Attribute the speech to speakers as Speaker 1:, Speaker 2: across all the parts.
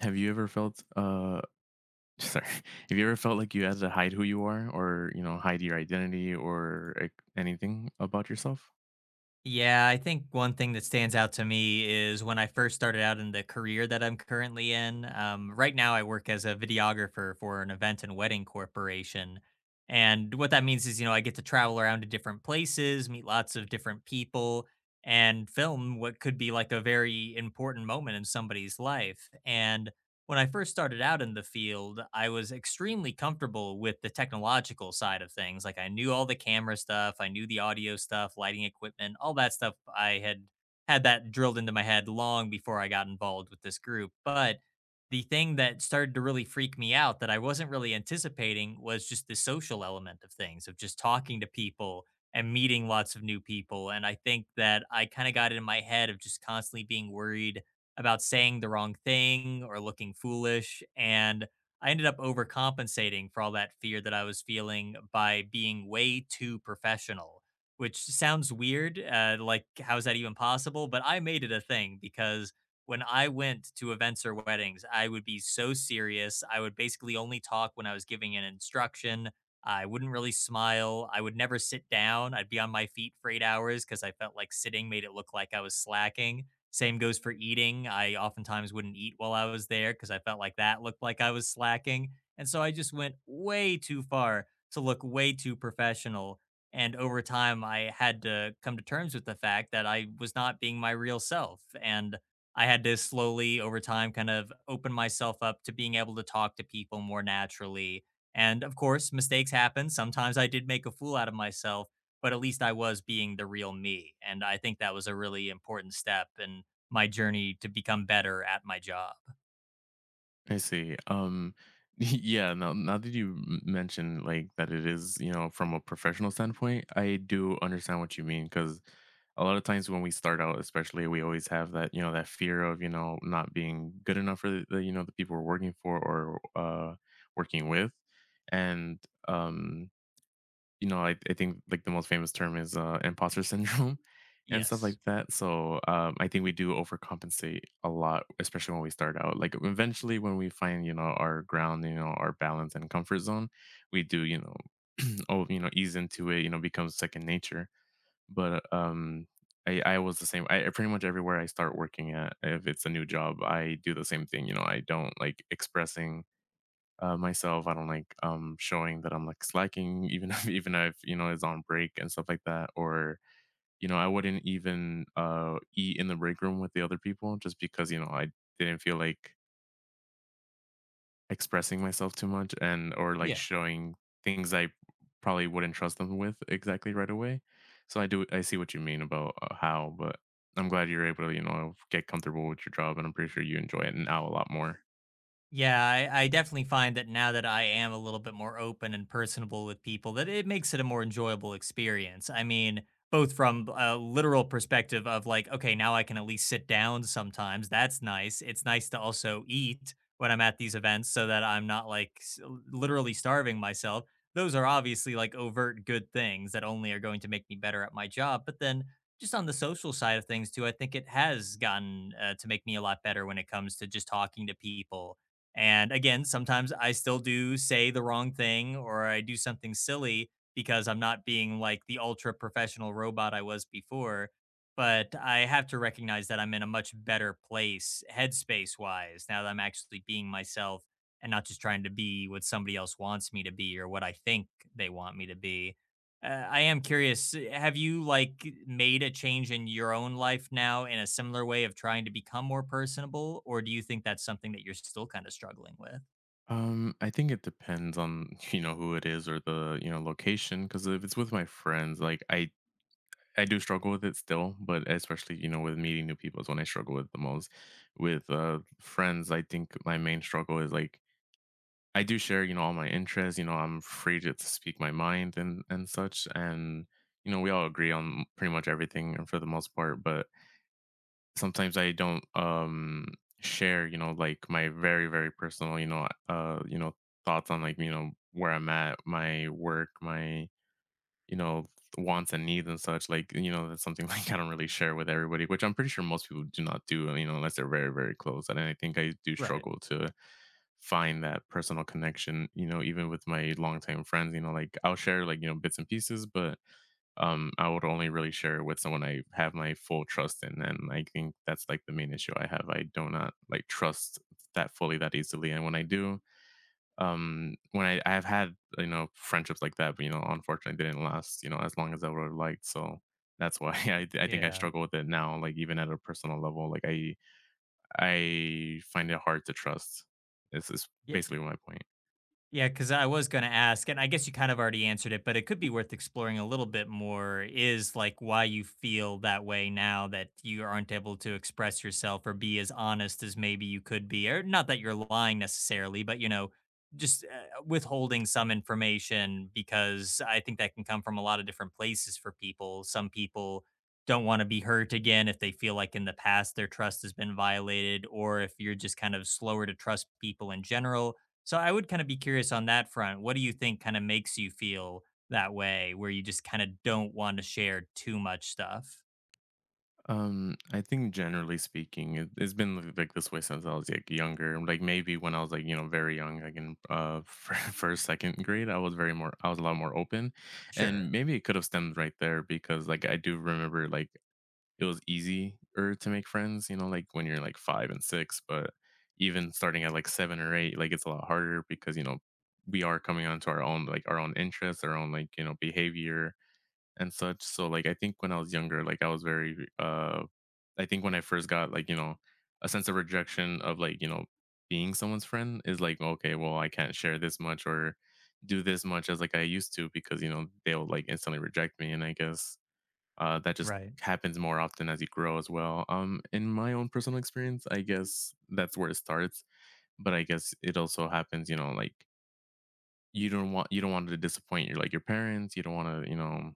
Speaker 1: Have you ever felt sorry, have you ever felt like you had to hide who you are or, hide your identity or like, anything about yourself?
Speaker 2: Yeah, I think one thing that stands out to me is when I first started out in the career that I'm currently in. Right now, I work as a videographer for an event and wedding corporation. And what that means is, I get to travel around to different places, meet lots of different people, and film what could be like a very important moment in somebody's life. And when I first started out in the field, I was extremely comfortable with the technological side of things. Like I knew all the camera stuff, I knew the audio stuff, lighting equipment, all that stuff. I had had that drilled into my head long before I got involved with this group. But the thing that started to really freak me out that I wasn't really anticipating was just the social element of things, of just talking to people and meeting lots of new people. And I think that I kind of got it in my head of just constantly being worried about saying the wrong thing or looking foolish. And I ended up overcompensating for all that fear that I was feeling by being way too professional, which sounds weird. Like, how is that even possible? But I made it a thing because when I went to events or weddings, I would be so serious. I would basically only talk when I was giving an instruction. I wouldn't really smile. I would never sit down. I'd be on my feet for 8 hours because I felt like sitting made it look like I was slacking. Same goes for eating. I oftentimes wouldn't eat while I was there because I felt like that looked like I was slacking. And so I just went way too far to look way too professional. And over time, I had to come to terms with the fact that I was not being my real self. And I had to slowly, over time, kind of open myself up to being able to talk to people more naturally. And of course, mistakes happen. Sometimes I did make a fool out of myself, but at least I was being the real me. And I think that was a really important step in my journey to become better at my job.
Speaker 1: I see. Yeah, now that you mentioned like that it is, from a professional standpoint, I do understand what you mean cuz a lot of times when we start out especially we always have that, that fear of, not being good enough for the the people we're working for or working with and um you know, I think like the most famous term is imposter syndrome and stuff like
Speaker 2: Yes.
Speaker 1: that. So I think we do overcompensate a lot, especially when we start out. Like eventually, when we find our ground, our balance and comfort zone, we do oh ease into it. You know becomes second nature. But I was the same. I pretty much everywhere I start working at, if it's a new job, I do the same thing. You know, I don't like expressing myself. I don't like showing that I'm like slacking, even if it's on break and stuff like that. Or I wouldn't even eat in the break room with the other people just because I didn't feel like expressing myself too much and or like
Speaker 2: Yeah,
Speaker 1: showing things I probably wouldn't trust them with exactly right away. So I see what you mean about how, but I'm glad you're able to get comfortable with your job, and I'm pretty sure you enjoy it now a lot more.
Speaker 2: yeah, I definitely find that now that I am a little bit more open and personable with people, that it makes it a more enjoyable experience. I mean, both from a literal perspective of like, okay, now I can at least sit down sometimes. That's nice. It's nice to also eat when I'm at these events so that I'm not like literally starving myself. Those are obviously like overt good things that only are going to make me better at my job. But then just on the social side of things too, I think it has gotten to make me a lot better when it comes to just talking to people. And again, sometimes I still do say the wrong thing or I do something silly because I'm not being like the ultra professional robot I was before. But I have to recognize that I'm in a much better place, headspace wise, now that I'm actually being myself and not just trying to be what somebody else wants me to be or what I think they want me to be. I am curious. Have you like made a change in your own life now in a similar way of trying to become more personable, or do you think that's something that you're still kind of struggling with?
Speaker 1: I think it depends on who it is or the location. Because if it's with my friends, like I do struggle with it still, but especially with meeting new people is when I struggle with the most. With friends, I think my main struggle is like I do share all my interests. You know I'm free to speak my mind and such, and we all agree on pretty much everything for the most part. But sometimes I don't share, you know, like my very, very personal, thoughts on like, where I'm at, my work, my, you know, wants and needs and such. Like, you know, that's something like I don't really share with everybody, which I'm pretty sure most people do not do, you know, unless they're very, very close. And I think I do
Speaker 2: Right.
Speaker 1: struggle to find that personal connection, you know, even with my longtime friends, you know, like I'll share like, you know, bits and pieces, but I would only really share it with someone I have my full trust in, and I think that's like the main issue I have. I do not like trust that fully that easily, and when I do, I have had you know friendships like that, but you know, unfortunately, didn't last you know as long as I would have liked. So that's why I think I
Speaker 2: Yeah.
Speaker 1: struggle with it now. Like even at a personal level, like I find it hard to trust. This is
Speaker 2: Yeah.
Speaker 1: basically my point.
Speaker 2: Yeah, because I was going to ask, and I guess you kind of already answered it, but it could be worth exploring a little bit more is like why you feel that way now that you aren't able to express yourself or be as honest as maybe you could be. Or not that you're lying necessarily, but just withholding some information because I think that can come from a lot of different places for people. Some people don't want to be hurt again if they feel like in the past their trust has been violated, or if you're just kind of slower to trust people in general. So I would kind of be curious on that front. What do you think kind of makes you feel that way where you just kind of don't want to share too much stuff?
Speaker 1: I think generally speaking, it's been like this way since I was like younger. Like maybe when I was like you know very young, like in first second grade, I was a lot more open,
Speaker 2: Sure.
Speaker 1: and maybe it could have stemmed right there because like I do remember like it was easier to make friends, you know, like when you're like five and six, but even starting at like seven or eight, like it's a lot harder because you know we are coming onto our own like our own interests, our own like you know behavior and such. So like I think when I was younger, like I was very I think when I first got like, you know, a sense of rejection of like, you know, being someone's friend is like, okay, well, I can't share this much or do this much as like I used to because, you know, they'll like instantly reject me. And I guess that just
Speaker 2: Right.
Speaker 1: happens more often as you grow as well. In my own personal experience, I guess that's where it starts. But I guess it also happens, you know, like you don't want to disappoint your like your parents, you don't want to, you know,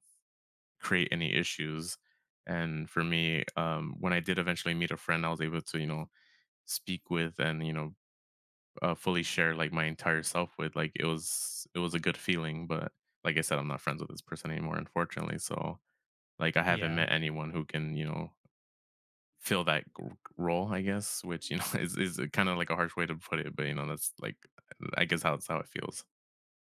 Speaker 1: create any issues. And for me, when I did eventually meet a friend, I was able to, you know, speak with and you know, fully share like my entire self with. It was a good feeling. But like I said, I'm not friends with this person anymore, unfortunately. So like I haven't
Speaker 2: Yeah.
Speaker 1: met anyone who can, you know, fill that role. I guess, which you know is kind of like a harsh way to put it, but you know, that's like I guess how it feels.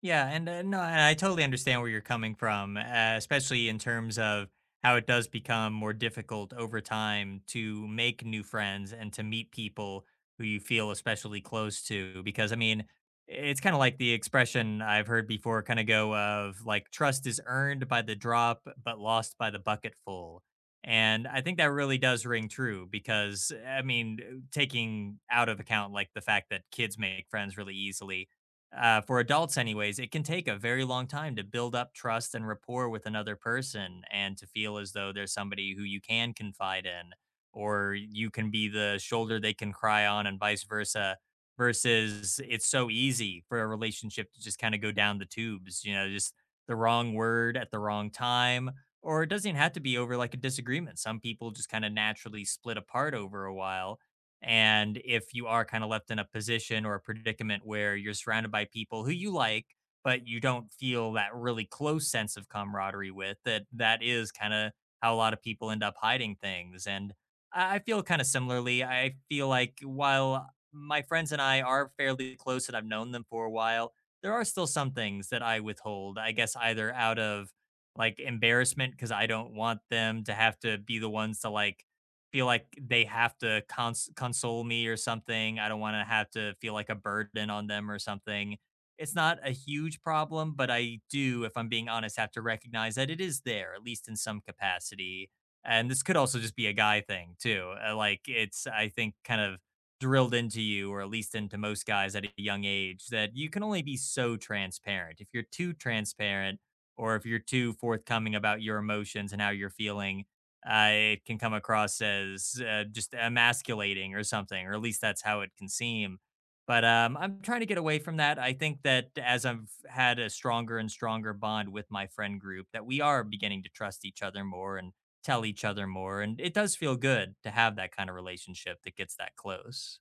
Speaker 2: Yeah, and no, and I totally understand where you're coming from, especially in terms of how it does become more difficult over time to make new friends and to meet people who you feel especially close to. Because I mean, it's kind of like the expression I've heard before, kind of go of like trust is earned by the drop, but lost by the bucket full. And I think that really does ring true because I mean, taking out of account like the fact that kids make friends really easily, for adults anyways, it can take a very long time to build up trust and rapport with another person and to feel as though there's somebody who you can confide in, or you can be the shoulder they can cry on and vice versa, versus it's so easy for a relationship to just kind of go down the tubes, just the wrong word at the wrong time. Or it doesn't have to be over like a disagreement. Some people just kind of naturally split apart over a while. And if you are kind of left in a position or a predicament where you're surrounded by people who you like, but you don't feel that really close sense of camaraderie with, that that is kind of how a lot of people end up hiding things. And I feel kind of similarly. I feel like while my friends and I are fairly close and I've known them for a while, there are still some things that I withhold, I guess, either out of like embarrassment because I don't want them to have to be the ones to like feel like they have to console me or something. I don't want to have to feel like a burden on them or something. It's not a huge problem, but I do, if I'm being honest, have to recognize that it is there, at least in some capacity. And this could also just be a guy thing, too. Like, it's, I think, kind of drilled into you, or at least into most guys at a young age, that you can only be so transparent. If you're too transparent, or if you're too forthcoming about your emotions and how you're feeling, it can come across as just emasculating or something, or at least that's how it can seem. But I'm trying to get away from that. I think that as I've had a stronger and stronger bond with my friend group, that we are beginning to trust each other more and tell each other more. And it does feel good to have that kind of relationship that gets that close.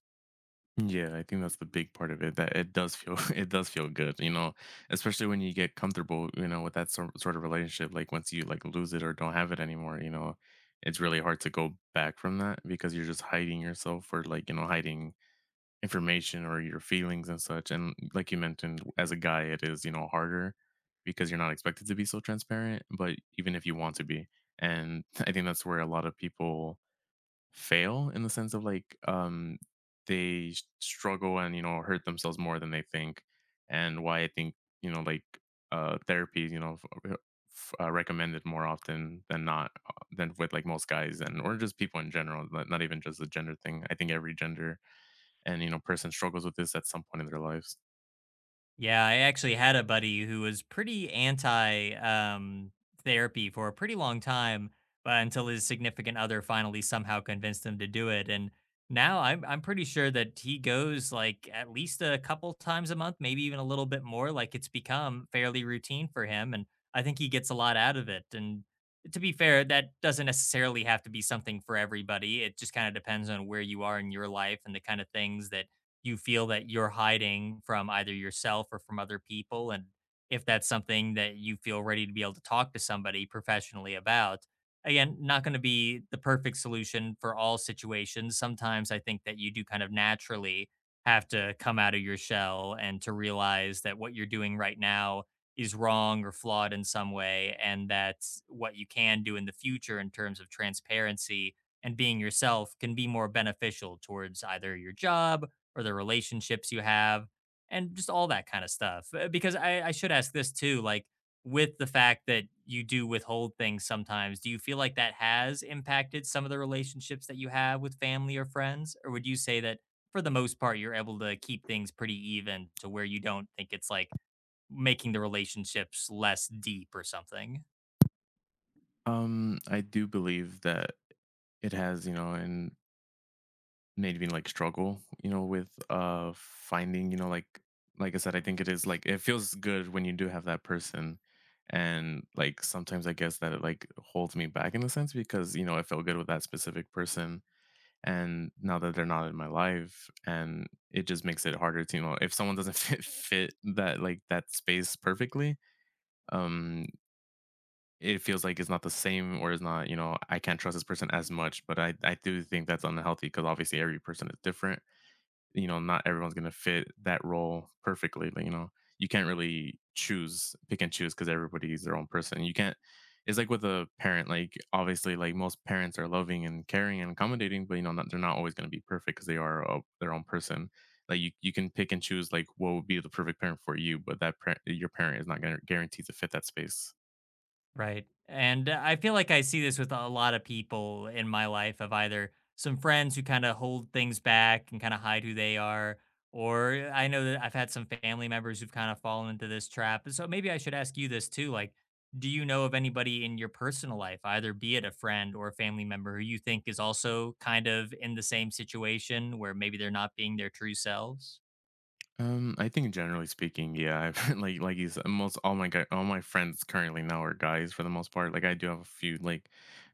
Speaker 1: Yeah, I think that's the big part of it. That it does feel it does feel good, you know, especially when you get comfortable, you know, with that sort of relationship. Like once you like lose it or don't have it anymore, you know, it's really hard to go back from that because you're just hiding yourself or like, you know, hiding information or your feelings and such. And like you mentioned, as a guy, it is, you know, harder because you're not expected to be so transparent, but even if you want to be. And I think that's where a lot of people fail in the sense of like they struggle and you know hurt themselves more than they think and why I think you know like therapy is, you know uh, recommended more often than not than with like most guys and or just people in general not even just the gender thing I think every gender and you know person struggles with this at some point in their lives
Speaker 2: Yeah, I actually had a buddy who was pretty anti therapy for a pretty long time, but until his significant other finally somehow convinced him to do it. And now I'm pretty sure that he goes like at least a couple times a month, maybe even a little bit more. Like it's become fairly routine for him, and I think he gets a lot out of it. And to be fair, that doesn't necessarily have to be something for everybody. It just kind of depends on where you are in your life and the kind of things that you feel that you're hiding from either yourself or from other people. And if that's something that you feel ready to be able to talk to somebody professionally about, again, not going to be the perfect solution for all situations. Sometimes I think that you do kind of naturally have to come out of your shell and to realize that what you're doing right now is wrong or flawed in some way, and that what you can do in the future in terms of transparency and being yourself can be more beneficial towards either your job or the relationships you have, and just all that kind of stuff. Because I should ask this too, like with the fact that you do withhold things sometimes, do you feel like that has impacted some of the relationships that you have with family or friends? Or would you say that for the most part, you're able to keep things pretty even to where you don't think it's like making the relationships less deep or something?
Speaker 1: I do believe that it has you know and made me like struggle you know with finding you know like I said I think it is like it feels good when you do have that person and like sometimes I guess that it like holds me back in a sense because you know I felt good with that specific person and now that they're not in my life and it just makes it harder to you know if someone doesn't fit that like that space perfectly um it feels like it's not the same or it's not you know I can't trust this person as much but I do think that's unhealthy because obviously every person is different. You know, not everyone's gonna fit that role perfectly. Like, you know, you can't really choose, pick and choose because everybody's their own person. You can't It's like with a parent, like obviously like most parents are loving and caring and accommodating, but you know, not, they're not always gonna be perfect because they are their own person. You can pick and choose like what would be the perfect parent for you, but your parent is not gonna guarantee to fit that space.
Speaker 2: Right. And I feel like I see this with a lot of people in my life of either some friends who kind of hold things back and kind of hide who they are, or I know that I've had some family members who've kind of fallen into this trap. So maybe I should ask you this too. Like, do you know of anybody in your personal life, either be it a friend or a family member, who you think is also kind of in the same situation where maybe they're not being their true selves?
Speaker 1: I think generally speaking, yeah, I've like you said, most all my guy all my friends currently now are guys for the most part. Like I do have a few like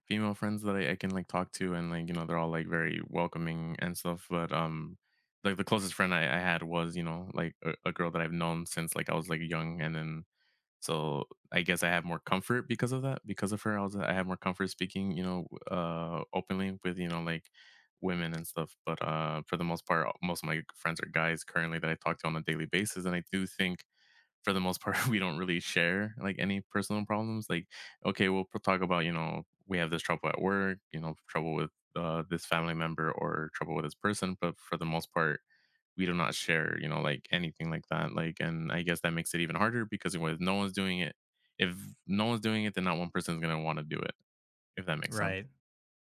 Speaker 1: female friends that I can like talk to and like, you know, they're all like very welcoming and stuff. But like the closest friend I had was, you know, like a girl that I've known since like I was like young and then so I guess I have more comfort because of that. Because of her, I have more comfort speaking, you know, openly with you know like women and stuff. But for the most part, most of my friends are guys currently that I talk to on a daily basis, and I do think for the most part we don't really share like any personal problems. Like, okay, we'll talk about you know we have this trouble at work, you know, trouble with this family member or trouble with this person, but for the most part we do not share, you know, like anything like that. Like, and I guess that makes it even harder because if no one's doing it, then not one person's gonna want to do it. If that makes sense.
Speaker 2: Right.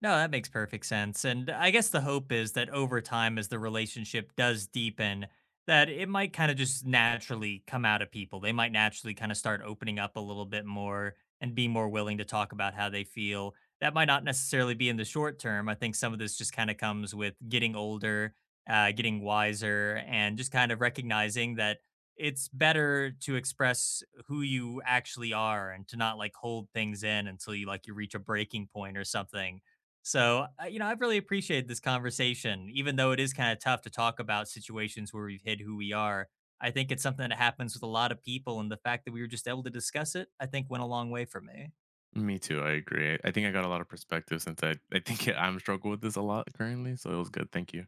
Speaker 2: No, that makes perfect sense. And I guess the hope is that over time, as the relationship does deepen, that it might kind of just naturally come out of people. They might naturally kind of start opening up a little bit more and be more willing to talk about how they feel. That might not necessarily be in the short term. I think some of this just kind of comes with getting older, getting wiser, and just kind of recognizing that it's better to express who you actually are and to not like hold things in until you like you reach a breaking point or something. So, I've really appreciated this conversation, even though it is kind of tough to talk about situations where we've hid who we are. I think it's something that happens with a lot of people, and the fact that we were just able to discuss it, I think, went a long way for me.
Speaker 1: Me too. I agree. I think I got a lot of perspective since I think I'm struggle with this a lot currently. So it was good. Thank you.